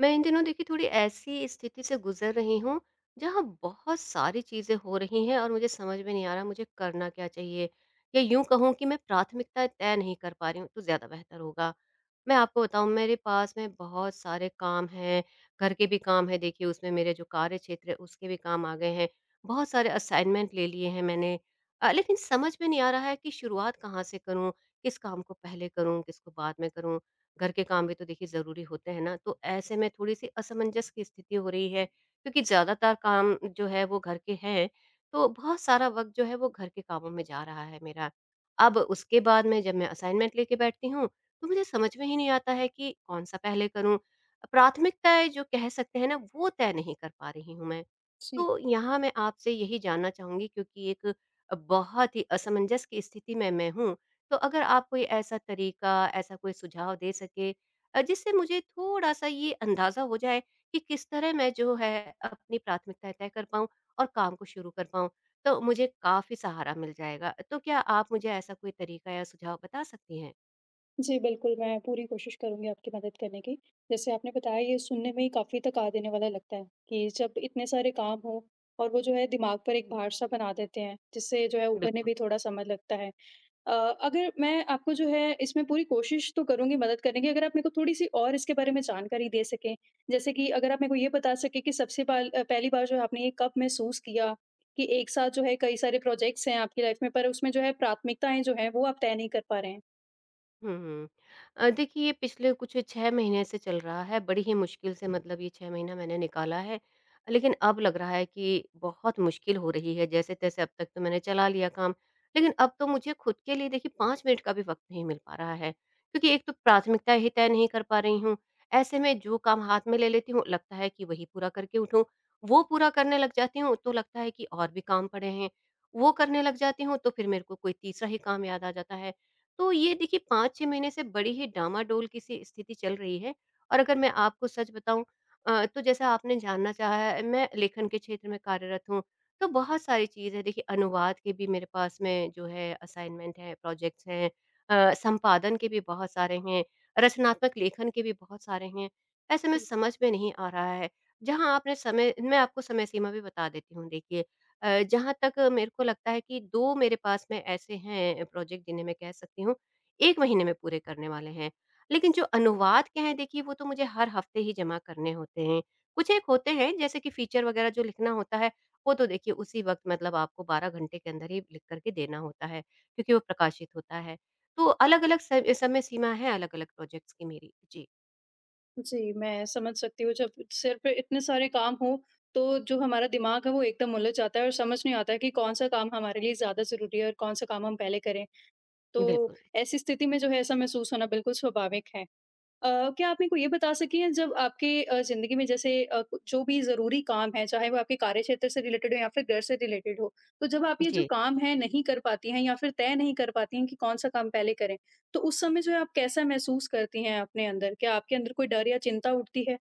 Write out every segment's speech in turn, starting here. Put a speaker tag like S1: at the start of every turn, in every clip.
S1: मैं इन दिनों देखिए थोड़ी ऐसी स्थिति से गुजर रही हूँ जहाँ बहुत सारी चीज़ें हो रही हैं, और मुझे समझ में नहीं आ रहा मुझे करना क्या चाहिए। या यूं कहूँ कि मैं प्राथमिकता तय नहीं कर पा रही हूँ, तो ज़्यादा बेहतर होगा मैं आपको बताऊं। मेरे पास में बहुत सारे काम हैं। घर के भी काम है देखिए, उसमें मेरे जो कार्य क्षेत्र है, उसके भी काम आ गए हैं। बहुत सारे असाइनमेंट ले लिए हैं मैंने। लेकिन समझ में नहीं आ रहा है कि शुरुआत कहाँ से करूँ, किस काम को पहले करूँ, किसको बाद में करूँ। घर के काम भी तो देखिए ज़रूरी होते हैं ना, तो ऐसे में थोड़ी-सी असमंजस की स्थिति हो रही है, क्योंकि ज़्यादातर काम जो है वो घर के हैं, तो बहुत सारा वक़्त जो है वो घर के कामों में जा रहा है मेरा। अब उसके बाद में जब मैं असाइनमेंट लेके बैठती हूँ, तो मुझे समझ में ही नहीं आता है कि कौन-सा पहले करूँ? प्राथमिकताएँ जो कह सकते हैं ना, वो तय नहीं कर पा रही हूँ मैं।
S2: जी।
S1: तो यहाँ मैं आपसे यही जानना चाहूँगी, क्योंकि एक बहुत ही असमंजस की स्थिति में मैं हूँ। तो अगर आप कोई ऐसा तरीका, ऐसा कोई सुझाव दे सके, जिससे मुझे थोड़ा-सा ये अंदाज़ा हो जाए कि किस तरह मैं जो है अपनी प्राथमिकताएँ तय कर पाऊँ और काम को शुरू कर पाऊँ, तो मुझे काफ़ी सहारा मिल जाएगा। तो क्या आप मुझे ऐसा कोई तरीका या सुझाव बता सकती हैं?
S2: जी, बिल्कुल, मैं पूरी कोशिश करूँगी आपकी मदद करने की। जैसे आपने बताया ये सुनने में ही काफ़ी थका देने वाला लगता है कि जब इतने सारे काम हों और वो जो है दिमाग पर एक भार सा बना देते हैं, जिससे जो है उभरने
S1: बिल्कुल।
S2: भी थोड़ा समय लगता है। अ, अगर मैं आपको जो है इसमें पूरी कोशिश तो करूँगी मदद करने की, अगर आप मेरे को थोड़ी-सी और इसके बारे में जानकारी दे सकें। जैसे कि अगर आप मेरे को ये बता सकें कि पहली बार जो है आपने ये कब महसूस किया कि एक साथ जो है कई सारे प्रोजेक्ट्स हैं आपकी लाइफ़ में, पर उसमें जो है प्राथमिकताएँ जो हैं वो आप तय नहीं कर पा रहे हैं?
S1: हुँ। देखिए ये पिछले कुछ 6 महीने से चल रहा है, बड़ी ही मुश्किल से, मतलब ये 6 महीना मैंने निकाला है। लेकिन अब लग रहा है कि बहुत मुश्किल हो रही है, जैसे-तैसे अब तक तो मैंने चला लिया काम। लेकिन अब तो मुझे खुद के लिए देखिए 5 मिनट का भी वक़्त नहीं मिल पा रहा है, क्योंकि एक तो प्राथमिकता ही तय नहीं कर पा रही हूँ। ऐसे में जो काम हाथ में ले लेती हूँ, लगता है कि वही पूरा करके उठूँ। वो पूरा करने लग जाती हूँ, तो लगता है कि और भी काम पड़े हैं। वो करने लग जाती हूँ, तो फिर मेरे को कोई तीसरा ही काम याद आ जाता है। तो ये देखिए 5-6 महीने से बड़ी ही डामाडोल की सी स्थिति चल रही है। और अगर मैं आपको सच बताऊँ, तो जैसा आपने जानना चाहा है, मैं लेखन के क्षेत्र में कार्यरत हूँ। तो बहुत सारी चीज़ है देखिए, अनुवाद के भी मेरे पास में जो है असाइनमेंट हैं, प्रोजेक्ट्स हैं, संपादन के भी बहुत सारे हैं, रचनात्मक लेखन के भी बहुत सारे हैं। ऐसे में समझ में नहीं आ रहा है। जहाँ आपने समय मैं आपको समय सीमा भी बता देती हूँ देखिए। जहाँ तक मेरे को लगता है कि 2 मेरे पास में ऐसे हैं प्रोजेक्ट जिन्हें मैं कह सकती हूँ 1 महीने में पूरे करने वाले हैं। लेकिन जो अनुवाद के हैं देखिए वो तो मुझे हर हफ्ते ही जमा करने होते हैं। कुछ एक होते हैं जैसे कि फीचर वगैरह जो लिखना होता है, वो तो देखिए उसी वक़्त, मतलब आपको 12 घंटे के अंदर ही लिख कर के देना होता है, क्योंकि वो प्रकाशित होता है। तो अलग-अलग स समय सीमा है अलग-अलग प्रोजेक्ट्स की मेरी। जी,
S2: जी, मैं समझ सकती हूँ जब सिर पे इतने सारे काम हों, तो जो हमारा दिमाग है वो एकदम उलझ जाता है और समझ नहीं आता है कि कौन-सा काम हमारे लिए ज़्यादा ज़रूरी है और कौन-सा काम हम पहले करें। तो
S1: बिल्कुल।
S2: ऐसी स्थिति में जो है ऐसा महसूस होना बिल्कुल स्वाभाविक है। क्या आप मेरे को ये बता सकी हैं जब आपके ज़िंदगी में जैसे अ, कु जो भी ज़रूरी काम है, चाहे वो आपके कार्यक्षेत्र से रिलेटेड हो या फिर घर से रिलेटेड हो, तो जब आप ये जो
S1: जी।
S2: काम है नहीं कर पाती हैं या फिर तय नहीं कर पाती हैं कि कौन-सा काम पहले करें, तो उस समय जो है आप कैसा महसूस करती हैं अपने अंदर? क्या आपके अंदर कोई डर या चिंता उठती है?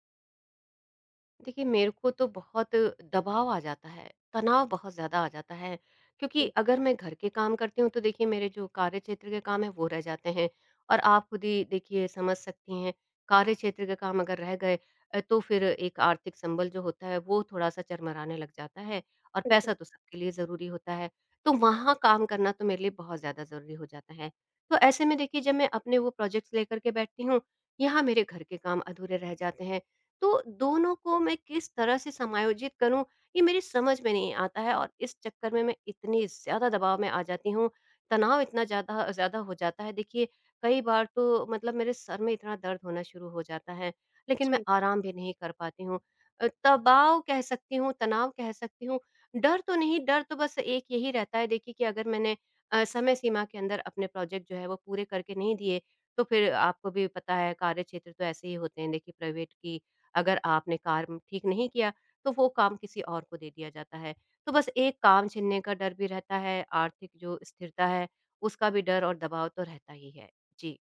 S1: देखिए, मेरे को तो बहुत दबाव आ जाता है, तनाव बहुत ज़्यादा आ जाता है, क्योंकि
S2: जी,
S1: अगर मैं घर के काम करती हूँ, तो देखिए मेरे जो कार्यक्षेत्र के काम हैं, वो रह जाते हैं। और आप खुद ही देखिए समझ सकती हैं, कार्यक्षेत्र के काम अगर रह गए, तो फिर एक आर्थिक संबल जो होता है, वो थोड़ा-सा चरमराने लग जाता है, और
S2: बिल्कुल।
S1: पैसा तो सबके लिए ज़रूरी होता है, तो वहाँ काम करना तो मेरे लिए बहुत ज़्यादा ज़रूरी हो जाता है। तो ऐसे में देखिए, जब मैं अपने वो प्रोजेक्ट्स लेकर के बैठती हूँ, यहाँ मेरे घर के काम अधूरे रह जाते हैं। तो दोनों को मैं किस तरह से समायोजित करूँ, ये मेरी समझ में नहीं आता है, और इस चक्कर में मैं इतनी ज़्यादा दबाव में आ जाती हूँ, तनाव इतना ज़्यादा ज़्यादा हो जाता है। देखिए, कई बार तो मतलब मेरे सर में इतना दर्द होना शुरू हो जाता है, लेकिन मैं
S2: जी।
S1: आराम भी नहीं कर पाती हूँ। दबाव कह सकती हूँ, तनाव कह सकती हूँ, डर तो नहीं। डर तो बस एक यही रहता है देखिए, कि अगर मैंने समय सीमा के अंदर अपने प्रोजेक्ट जो है वो पूरे करके नहीं दिए, तो फिर आपको भी पता है कार्यक्षेत्र तो ऐसे ही होते हैं देखिए, प्राइवेट की, अगर आपने काम ठीक नहीं किया तो वो काम किसी और को दे दिया जाता है। तो बस एक काम छिनने का डर भी रहता है, आर्थिक जो स्थिरता है, उसका भी डर और दबाव तो रहता ही है। जी।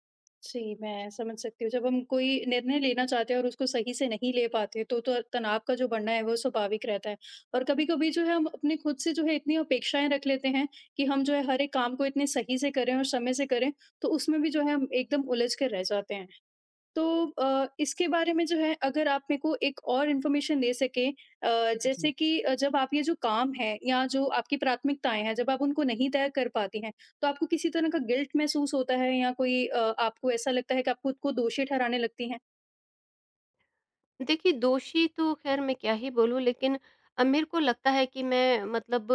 S2: जी, मैं समझ सकती हूँ। जब हम कोई निर्णय लेना चाहते हैं और उसको सही से नहीं ले पाते, तो तनाव का जो बढ़ना है, वो स्वाभाविक रहता है। और कभी-कभी जो है, हम अपने खुद से जो है, इतनी अपेक्षाएँ रख लेते हैं कि हम जो है, हर एक काम को इतने सही से करें और समय से करें, तो उसमें भी जो है, हम एकदम उलझ कर रह जाते हैं। तो इसके बारे में जो है अगर आप मेरे को एक और इन्फॉर्मेशन दे सकें, जैसे
S1: जी,
S2: कि जब आप ये जो काम है या जो आपकी प्राथमिकताएँ हैं, जब आप उनको नहीं तय कर पाती हैं, तो आपको किसी तरह का गिल्ट महसूस होता है या आपको ऐसा लगता है कि आप खुद को दोषी ठहराने लगती हैं?
S1: देखिए, दोषी तो ख़ैर मैं क्या ही बोलूँ, लेकिन मेरे को लगता है कि मैं, मतलब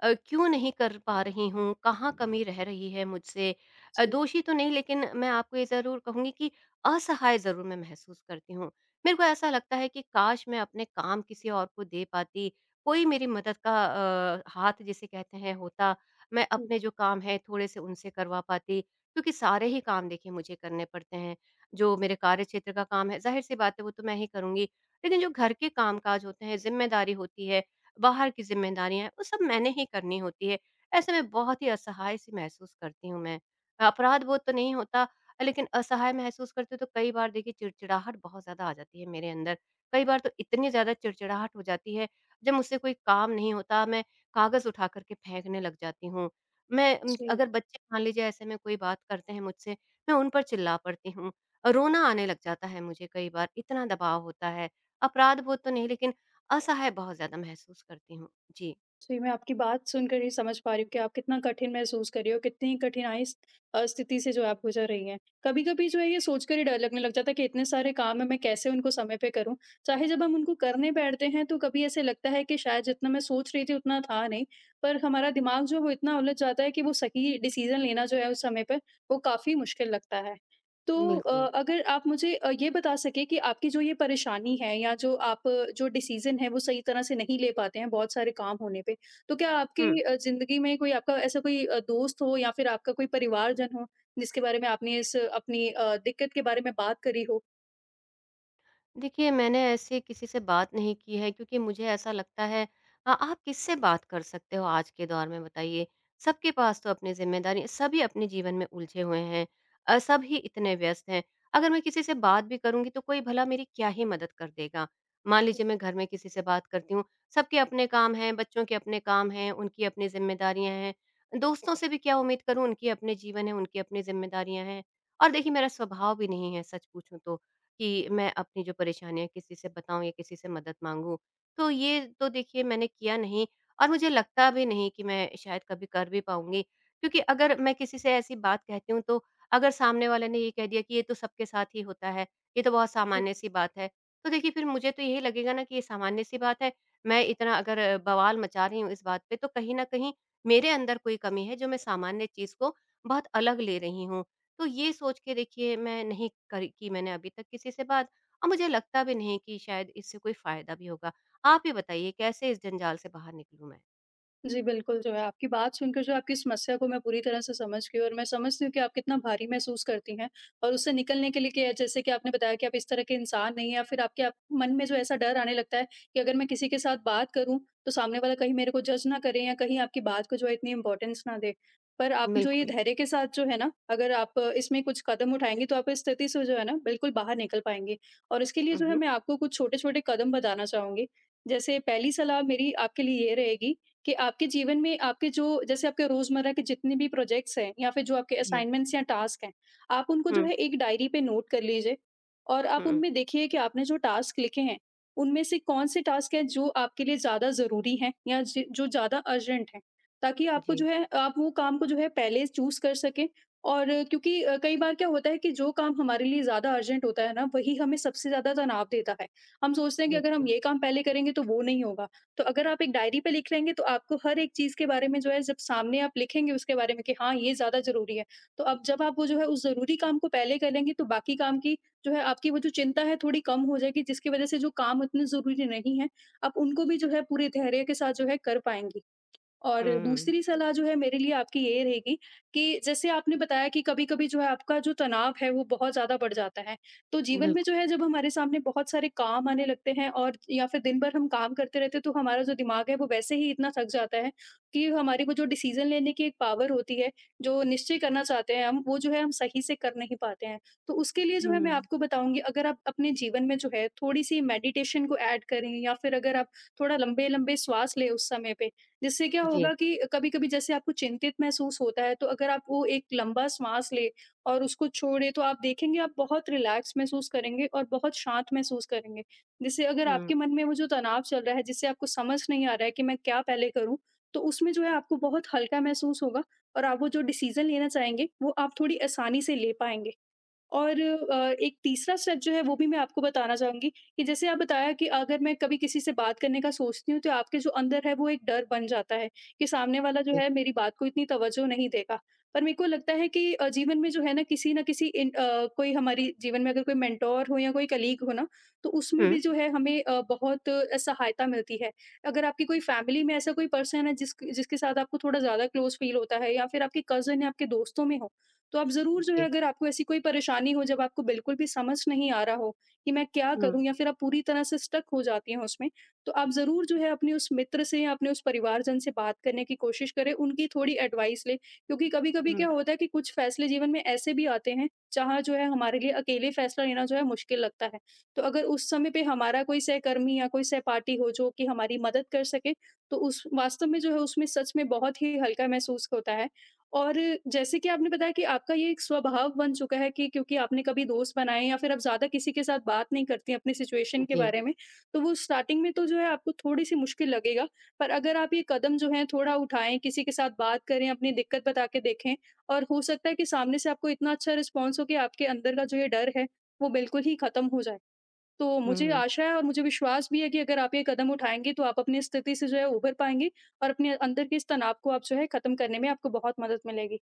S1: क्यों नहीं कर पा रही हूँ, कहाँ कमी रह रही है मुझसे।
S2: जी,
S1: दोषी तो नहीं, लेकिन मैं आपको ये ज़रूर कहूँगी कि असहाय ज़रूर मैं महसूस करती हूँ। मेरे को ऐसा लगता है कि काश मैं अपने काम किसी और को दे पाती, कोई मेरी मदद का हाथ जिसे कहते हैं होता, मैं
S2: जी,
S1: अपने जो काम हैं थोड़े-से उनसे करवा पाती, क्योंकि सारे ही काम देखिए मुझे करने पड़ते हैं। जो मेरे कार्य क्षेत्र का काम है, ज़ाहिर-सी बात है वो तो मैं ही करूँगी। लेकिन जो घर के काम-काज होते हैं, ज़िम्मेदारी होती है, बाहर की ज़िम्मेदारियाँ हैं, वो सब मैंने ही करनी होती है। ऐसे में बहुत ही असहाय-सी महसूस करती हूँ मैं। अपराध-बोध तो नहीं होता, लेकिन असहाय महसूस करती हूँ, तो कई बार देखिए चिड़चिड़ाहट बहुत ज़्यादा आ जाती है मेरे अंदर। कई बार तो इतनी ज़्यादा चिड़चिड़ाहट हो जाती है, जब मुझसे कोई काम नहीं होता, मैं कागज़ उठा कर के फेंकने लग जाती हूँ।
S2: जी।
S1: अगर बच्चे मान लीजिए ऐसे में कोई बात करते हैं मुझसे, मैं उन पर चिल्ला पड़ती हूँ। रोना आने लग जाता है मुझे कई बार, इतना दबाव होता है। अपराध बोध तो नहीं, लेकिन असहाय बहुत ज़्यादा महसूस करती हूँ। जी,
S2: जी, मैं आपकी बात सुनकर ही समझ पा रही हूँ कि आप कितना कठिन महसूस कर रही हो, कितनी कठिनाई स्थिति से जो आप गुज़र रही हैं। कभी-कभी जो है ये सोचकर ही डर लगने लग जाता है कि इतने सारे काम हैं, मैं कैसे उनको समय पे करूँ? चाहे जब हम उनको करने बैठते हैं तो कभी ऐसे लगता है कि शायद जितना मैं सोच रही थी उतना था नहीं, पर हमारा दिमाग जो है वो इतना उलझ जाता है कि वो सही डिसीज़न लेना जो है उस समय पर, वो काफ़ी मुश्किल लगता है। तो अ,
S1: बिल्कुल।
S2: अगर आप मुझे ये बता सकें कि आपकी जो ये परेशानी है या जो डिसीज़न है वो सही तरह से नहीं ले पाते हैं बहुत सारे काम होने पे, तो क्या आपकी
S1: हुँ।
S2: ज़िंदगी में कोई आपका ऐसा कोई दोस्त हो या फिर आपका कोई परिवारजन हो, जिसके बारे में आपने इस अपनी दिक्कत के बारे में बात करी हो?
S1: देखिए, मैंने ऐसे किसी से बात नहीं की है, क्योंकि मुझे ऐसा लगता है, आप किससे बात कर सकते हो आज के दौर में बताइए? सबके पास तो अपनी ज़िम्मेदारी, सभी अपने जीवन में उलझे हुए हैं। सभी इतने व्यस्त हैं। अगर मैं किसी से बात भी करूँगी तो कोई भला मेरी क्या ही मदद कर देगा? मान लीजिए मैं घर में किसी से बात करती हूँ, सबके अपने काम हैं, बच्चों के अपने काम हैं, उनकी अपनी ज़िम्मेदारियाँ हैं। दोस्तों से भी क्या उम्मीद करूँ? उनके अपने जीवन हैं, उनकी अपनी ज़िम्मेदारियाँ हैं। और देखिए मेरा स्वभाव भी नहीं है सच पूछूँ तो, कि मैं अपनी जो परेशानियाँ किसी से बताऊँ या किसी से मदद माँगूँ। तो ये तो देखिए मैंने किया नहीं, और मुझे लगता भी नहीं कि मैं शायद कभी कर भी पाऊँगी। क्योंकि अगर मैं किसी से ऐसी बात कहती हूँ, तो अगर सामने वाले ने ये कह दिया कि ये तो सबके साथ ही होता है, ये तो बहुत सामान्य-सी बात है। तो देखिए फिर मुझे तो यही लगेगा ना, कि ये सामान्य-सी बात है, मैं इतना अगर बवाल मचा रही हूँ इस बात पे, तो कहीं न कहीं मेरे अंदर कोई कमी है जो मैं सामान्य चीज़ को बहुत अलग ले रही हूँ। तो ये सोच के देखिए मैं नहीं करी की मैंने अभी तक किसी से बात, और मुझे लगता भी नहीं कि शायद इससे कोई फ़ायदा भी होगा। आप ही बताइए कैसे इस जंजाल से बाहर निकलूँ मैं?
S2: जी, बिल्कुल, जो है आपकी बात सुनकर जो आपकी समस्या को मैं पूरी तरह से समझ गई और मैं समझती हूँ कि आप कितना भारी महसूस करती हैं। और उससे निकलने के लिए, कि जैसे कि आपने बताया कि आप इस तरह के इंसान नहीं हैं या फिर आपके आप मन में जो ऐसा डर आने लगता है कि अगर मैं किसी के साथ बात करूँ, तो सामने वाला कहीं मेरे को जज ना करे या कहीं आपकी बात को जो है इतनी इम्पोर्टेंस ना दे। पर आप जो ये
S1: बिल्कुल।
S2: धैर्य के साथ जो है ना, अगर आप इसमें कुछ कदम उठाएँगी तो आप इस स्थिति से जो है ना बिल्कुल बाहर निकल पाएँगी। और इसके लिए
S1: हुँ,
S2: जो है
S1: हुँ।
S2: मैं आपको कुछ छोटे-छोटे कदम बताना चाहूँगी। जैसे पहली सलाह मेरी आपके लिए ये रहेगी कि आपके जीवन में आपके जो जैसे आपके रोज़मर्रा के जितने भी प्रोजेक्ट्स हैं या फिर जो आपके
S1: जी।
S2: असाइनमेंट्स या टास्क हैं, आप उनको जो
S1: हुँ,
S2: है एक डायरी पे नोट कर लीजिए, और आप
S1: हुँ,
S2: उनमें देखिए कि आपने जो टास्क लिखे हैं, उनमें से कौन-से टास्क हैं जो आपके लिए ज़्यादा ज़रूरी हैं या ज जो ज़्यादा अर्जेंट हैं। ताकि आपको
S1: जी,
S2: जो है आप वो काम को जो है पहले चूज़ कर सकें। और क्योंकि कई बार क्या होता है कि जो काम हमारे लिए ज़्यादा अर्जेंट होता है ना, वही हमें सबसे ज़्यादा तनाव देता है। हम सोचते हैं कि अगर हम
S1: बिल्कुल।
S2: ये काम पहले करेंगे तो वो नहीं होगा। तो अगर आप एक डायरी पे लिख लेंगे, तो आपको हर एक चीज़ के बारे में जो है जब सामने आप लिखेंगे उसके बारे में, कि हाँ, ये ज़्यादा ज़रूरी है। तो अब जब आप वो जो है उस ज़रूरी काम को पहले कर लेंगे, तो बाकी काम की जो है आपकी वो जो चिंता है थोड़ी कम हो जाएगी, जिसकी वज़ह से जो काम उतने ज़रूरी नहीं है, आप उनको भी जो है पूरे धैर्य के साथ जो है कर पाएँगी। और
S1: हुँ,
S2: दूसरी सलाह जो है मेरे लिए आपकी ये रहेगी कि जैसे आपने बताया कि कभी-कभी जो है आपका जो तनाव है वो बहुत ज़्यादा बढ़ जाता है। तो जीवन में जो
S1: बिल्कुल।
S2: है जब हमारे सामने बहुत सारे काम आने लगते हैं, और या फिर दिन भर हम काम करते रहते हैं, तो हमारा जो दिमाग है वो वैसे ही इतना थक जाता है कि हमारी वो जो डिसीज़न लेने की एक पावर होती है, जो निश्चय करना चाहते हैं हम, वो जो है हम सही से कर नहीं पाते हैं। तो उसके लिए जो है मैं
S1: हुँ,
S2: आपको बताऊँगी, अगर आप अपने जीवन में जो है थोड़ी-सी मेडिटेशन को ऐड करें या फिर अगर आप थोड़ा लंबे-लंबे श्वास लें उस समय पे, जिससे क्या
S1: जी,
S2: होगा कि कभी-कभी जैसे आपको चिंतित महसूस होता है, तो अगर आप वो एक लंबा साँस लें और उसको छोड़ें, तो आप देखेंगे आप बहुत रिलैक्स महसूस करेंगे और बहुत शांत महसूस करेंगे। जिससे अगर
S1: हुँ,
S2: आपके मन में वो जो तनाव चल रहा है, जिससे आपको समझ नहीं आ रहा है कि मैं क्या पहले करूँ, तो उसमें जो है आपको बहुत हल्का महसूस होगा और आप वो जो डिसीज़न लेना चाहेंगे, वो आप थोड़ी आसानी से ले पाएँगे। और एक तीसरा स्टेप जो है वो भी मैं आपको बताना चाहूँगी। कि जैसे आप बताया कि अगर मैं कभी किसी से बात करने का सोचती हूँ, तो आपके जो अंदर है वो एक डर बन जाता है कि सामने वाला जो
S1: जी,
S2: है मेरी बात को इतनी तवज्जो नहीं देगा। पर मेरे को लगता है कि जीवन में जो है ना, किसी ना किसी कोई हमारी जीवन में अगर कोई मेंटोर हो या कोई कलीग हो ना, तो उसमें भी
S1: हुँ,
S2: जो है हमें बहुत सहायता मिलती है। अगर आपकी कोई फैमिली में ऐसा कोई पर्सन है जिसके साथ आपको थोड़ा ज़्यादा क्लोज़ फ़ील होता है, या फिर आपके कज़िन या आपके दोस्तों में हो, तो आप ज़रूर जो है,
S1: जी,
S2: अगर आपको ऐसी कोई परेशानी हो जब आपको बिल्कुल भी समझ नहीं आ रहा हो कि मैं क्या
S1: हुँ,
S2: करूँ, या फिर आप पूरी तरह से स्टक हो जाती हैं उसमें, तो आप ज़रूर जो है अपने उस मित्र से या अपने उस परिवारजन से बात करने की कोशिश करें, उनकी थोड़ी एडवाइस लें। क्योंकि कभी-कभी
S1: हुँ,
S2: क्या होता है कि कुछ फ़ैसले जीवन में ऐसे भी आते हैं, जहाँ जो है हमारे लिए अकेले फ़ैसला लेना जो है मुश्किल लगता है। तो अगर उस समय पे हमारा कोई सहकर्मी या कोई सहपाठी हो जो कि हमारी मदद कर सके, तो उस वास्तव में जो है उसमें सच में बहुत ही हल्का महसूस होता है। और जैसे कि आपने बताया कि आपका ये एक स्वभाव बन चुका है, कि क्योंकि आपने कभी दोस्त बनाए या फिर आप ज़्यादा किसी के साथ बात नहीं करती अपने सिचुएशन के
S1: जी,
S2: बारे में, तो वो स्टार्टिंग में तो जो है आपको थोड़ी-सी मुश्किल लगेगा, पर अगर आप ये कदम जो है थोड़ा उठाएँ, किसी के साथ बात करें, अपनी दिक्कत बता के देखें, और हो सकता है कि सामने से आपको इतना अच्छा रिस्पॉन्स हो कि आपके अंदर का जो ये डर है, वो बिल्कुल ही खत्म हो जाए। तो मुझे
S1: हुँ।
S2: आशा है, और मुझे विश्वास भी है कि अगर आप ये कदम उठाएँगे तो आप अपनी स्थिति से जो है उभर पाएँगे और अपने अंदर के इस तनाव को आप जो है खत्म करने में आपको बहुत मदद मिलेगी।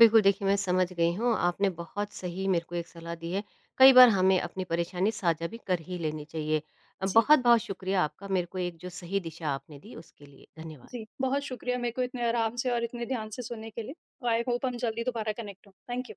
S1: बिल्कुल, देखिए मैं समझ गई हूँ, आपने बहुत सही मेरे को एक सलाह दी है। कई बार हमें अपनी परेशानी साझा भी कर ही लेनी चाहिए।
S2: जी,
S1: बहुत-बहुत शुक्रिया आपका, मेरे को एक जो सही दिशा आपने दी उसके लिए। धन्यवाद।
S2: जी। बहुत शुक्रिया मेरे को इतने आराम से और इतने ध्यान से सुनने के लिए। आई होप हम जल्दी दोबारा कनेक्ट हों। Thank you.